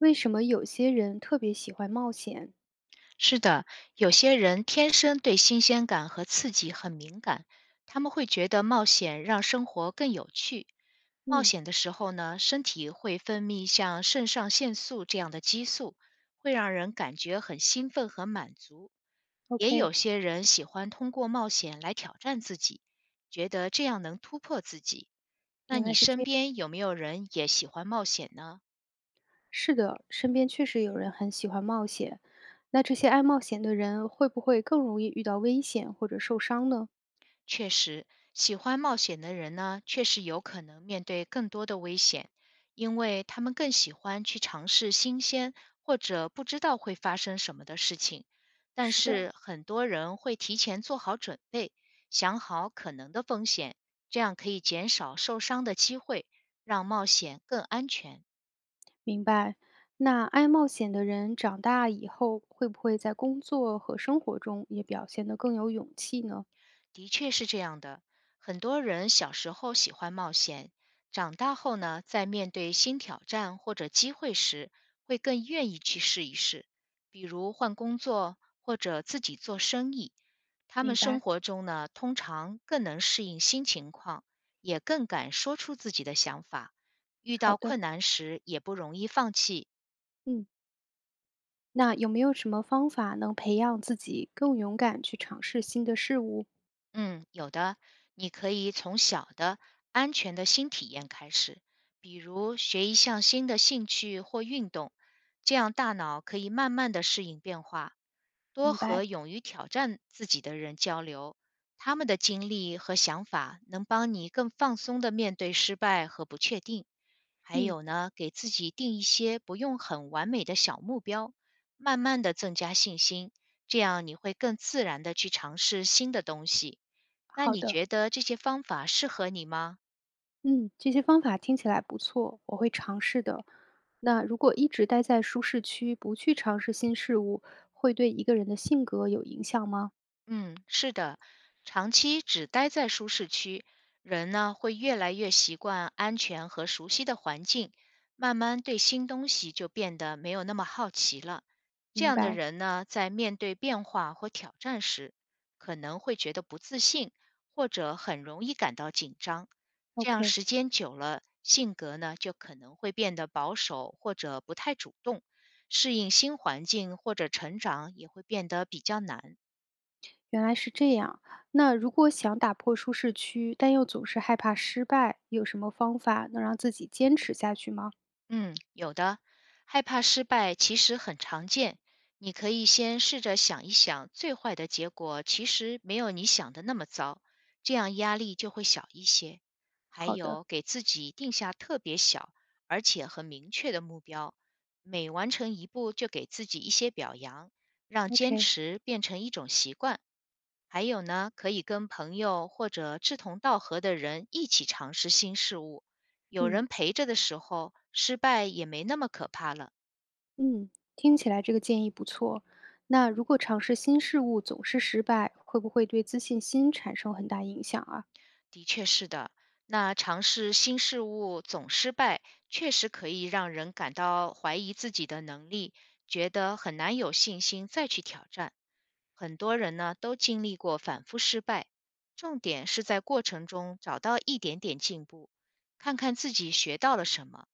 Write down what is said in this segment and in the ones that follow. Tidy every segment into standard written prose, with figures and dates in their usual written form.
为什么有些人特别喜欢冒险？是的，有些人天生对新鲜感和刺激很敏感，他们会觉得冒险让生活更有趣。冒嗯险的时候呢，身体会分泌像肾上腺素这样的激素，会让人感觉很兴奋和满足。也，OK，有些人喜欢通过冒险来挑战自己，觉得这样能突破自己。那原来你是这身样。边有没有人也喜欢冒险呢？是的，身边确实有人很喜欢冒险。那这些爱冒险的人会不会更容易遇到危险或者受伤呢？确实，喜欢冒险的人呢，确实有可能面对更多的危险，因为他们更喜欢去尝试新鲜或者不知道会发生什么的事情。但是的，是很多人会提前做好准备，想好可能的风险，这样可以减少受伤的机会，让冒险更安全。明白。那爱冒险的人长大以后会不会在工作和生活中也表现得更有勇气呢？的确是这样的，很多人小时候喜欢冒险，长大后呢，在面对新挑战或者机会时，会更愿意去试一试，比如换工作或者自己做生意。他明们生白。活中呢，通常更能适应新情况，也更敢说出自己的想法，遇好到的，困难时也不容易放弃。嗯，那有没有什么方法能培养自己更勇敢去尝试新的事物？嗯，有的，你可以从小的安全的新体验开始，比如学一项新的兴趣或运动，这样大脑可以慢慢的适应变化。多明和白。勇于挑战自己的人交流，他们的经历和想法能帮你更放松的面对失败和不确定。还嗯，有呢，给自己定一些不用很完美的小目标，慢慢的增加信心，这样你会更自然的去尝试新的东西。那好你的。觉得这些方法适合你吗？嗯，这些方法听起来不错，我会尝试的。那如果一直待在舒适区，不去尝试新事物，会对一个人的性格有影响吗？嗯，是的，长期只待在舒适区，人呢会越来越习惯安全和熟悉的环境，慢慢对新东西就变得没有那么好奇了。这明样的白人呢，在面对变化或挑战时，可能会觉得不自信，或者很容易感到紧张。这样，OK，时间久了，性格呢就可能会变得保守或者不太主动，适应新环境或者成长也会变得比较难。原来是这样。那如果想打破舒适区，但又总是害怕失败，有什么方法能让自己坚持下去吗？嗯，有的，害怕失败其实很常见。你可以先试着想一想，最坏的结果其实没有你想的那么糟，这样压力就会小一些。还好的有，给自己定下特别小而且很明确的目标，每完成一步就给自己一些表扬，让坚，OK，持变成一种习惯。还有呢，可以跟朋友或者志同道合的人一起尝试新事物，有嗯人陪着的时候，失败也没那么可怕了。嗯，听起来这个建议不错。那如果尝试新事物总是失败，会不会对自信心产生很大影响啊？的确是的，那尝试新事物总失败，确实可以让人感到怀疑自己的能力，觉得很难有信心再去挑战。很多人呢都经历过反复失败，重点是在过程中找到一点点进步，看看自己学到了什么。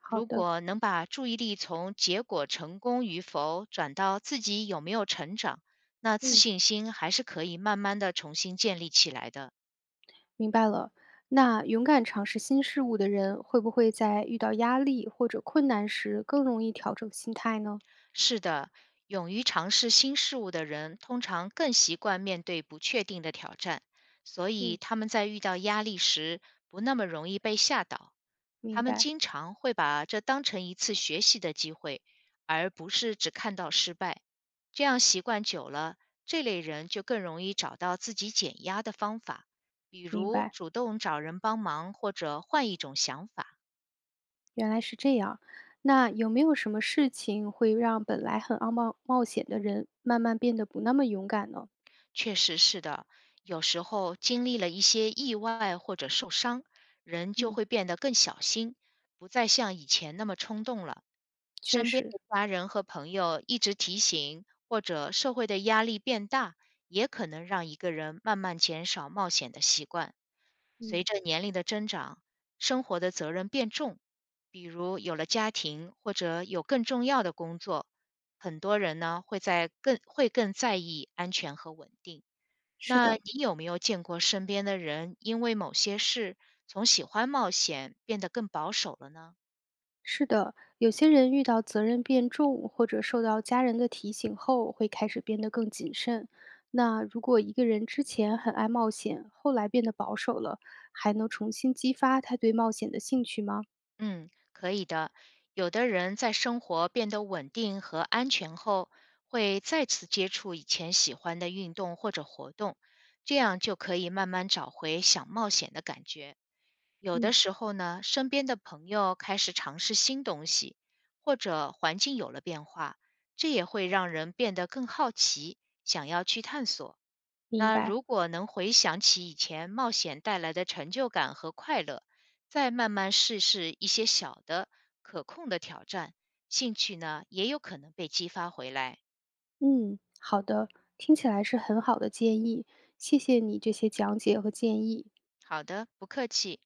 好如的，果能把注意力从结果成功与否转到自己有没有成长，那自嗯。信心还是可以慢慢的重新建立起来的。明白了。那勇敢尝试新事物的人，会不会在遇到压力或者困难时更容易调整心态呢？是的，勇于尝试新事物的人，通常更习惯面对不确定的挑战，所以嗯，他们在遇到压力时不那么容易被吓倒。他明们白，经常会把这当成一次学习的机会，而不是只看到失败。这样习惯久了，这类人就更容易找到自己减压的方法，比明如白，主动找人帮忙或者换一种想法。原来是这样。那有没有什么事情会让本来很傲冒冒险的人，慢慢变得不那么勇敢呢？确实是的，有时候经历了一些意外或者受伤，人就嗯，会变得更小心，不再像以前那么冲动了。确身边实，的家人和朋友一直提醒，或者社会的压力变大，也可能让一个人慢慢减少冒险的习惯。随嗯，着年龄的增长，生活的责任变重，比如有了家庭或者有更重要的工作，很多人呢会在更在意安全和稳定。是那的。你有没有见过身边的人因为某些事，从喜欢冒险变得更保守了呢？是的，有些人遇到责任变重或者受到家人的提醒后，会开始变得更谨慎。那如果一个人之前很爱冒险，后来变得保守了，还能重新激发他对冒险的兴趣吗？嗯，可以的。有的人在生活变得稳定和安全后，会再次接触以前喜欢的运动或者活动，这样就可以慢慢找回想冒险的感觉。有的嗯，时候呢，身边的朋友开始尝试新东西，或者环境有了变化，这也会让人变得更好奇，想要去探索。明那白。如果能回想起以前冒险带来的成就感和快乐，再慢慢试试一些小的可控的挑战，兴趣呢也有可能被激发回来。嗯，好的，听起来是很好的建议，谢谢你这些讲解和建议。好的，不客气。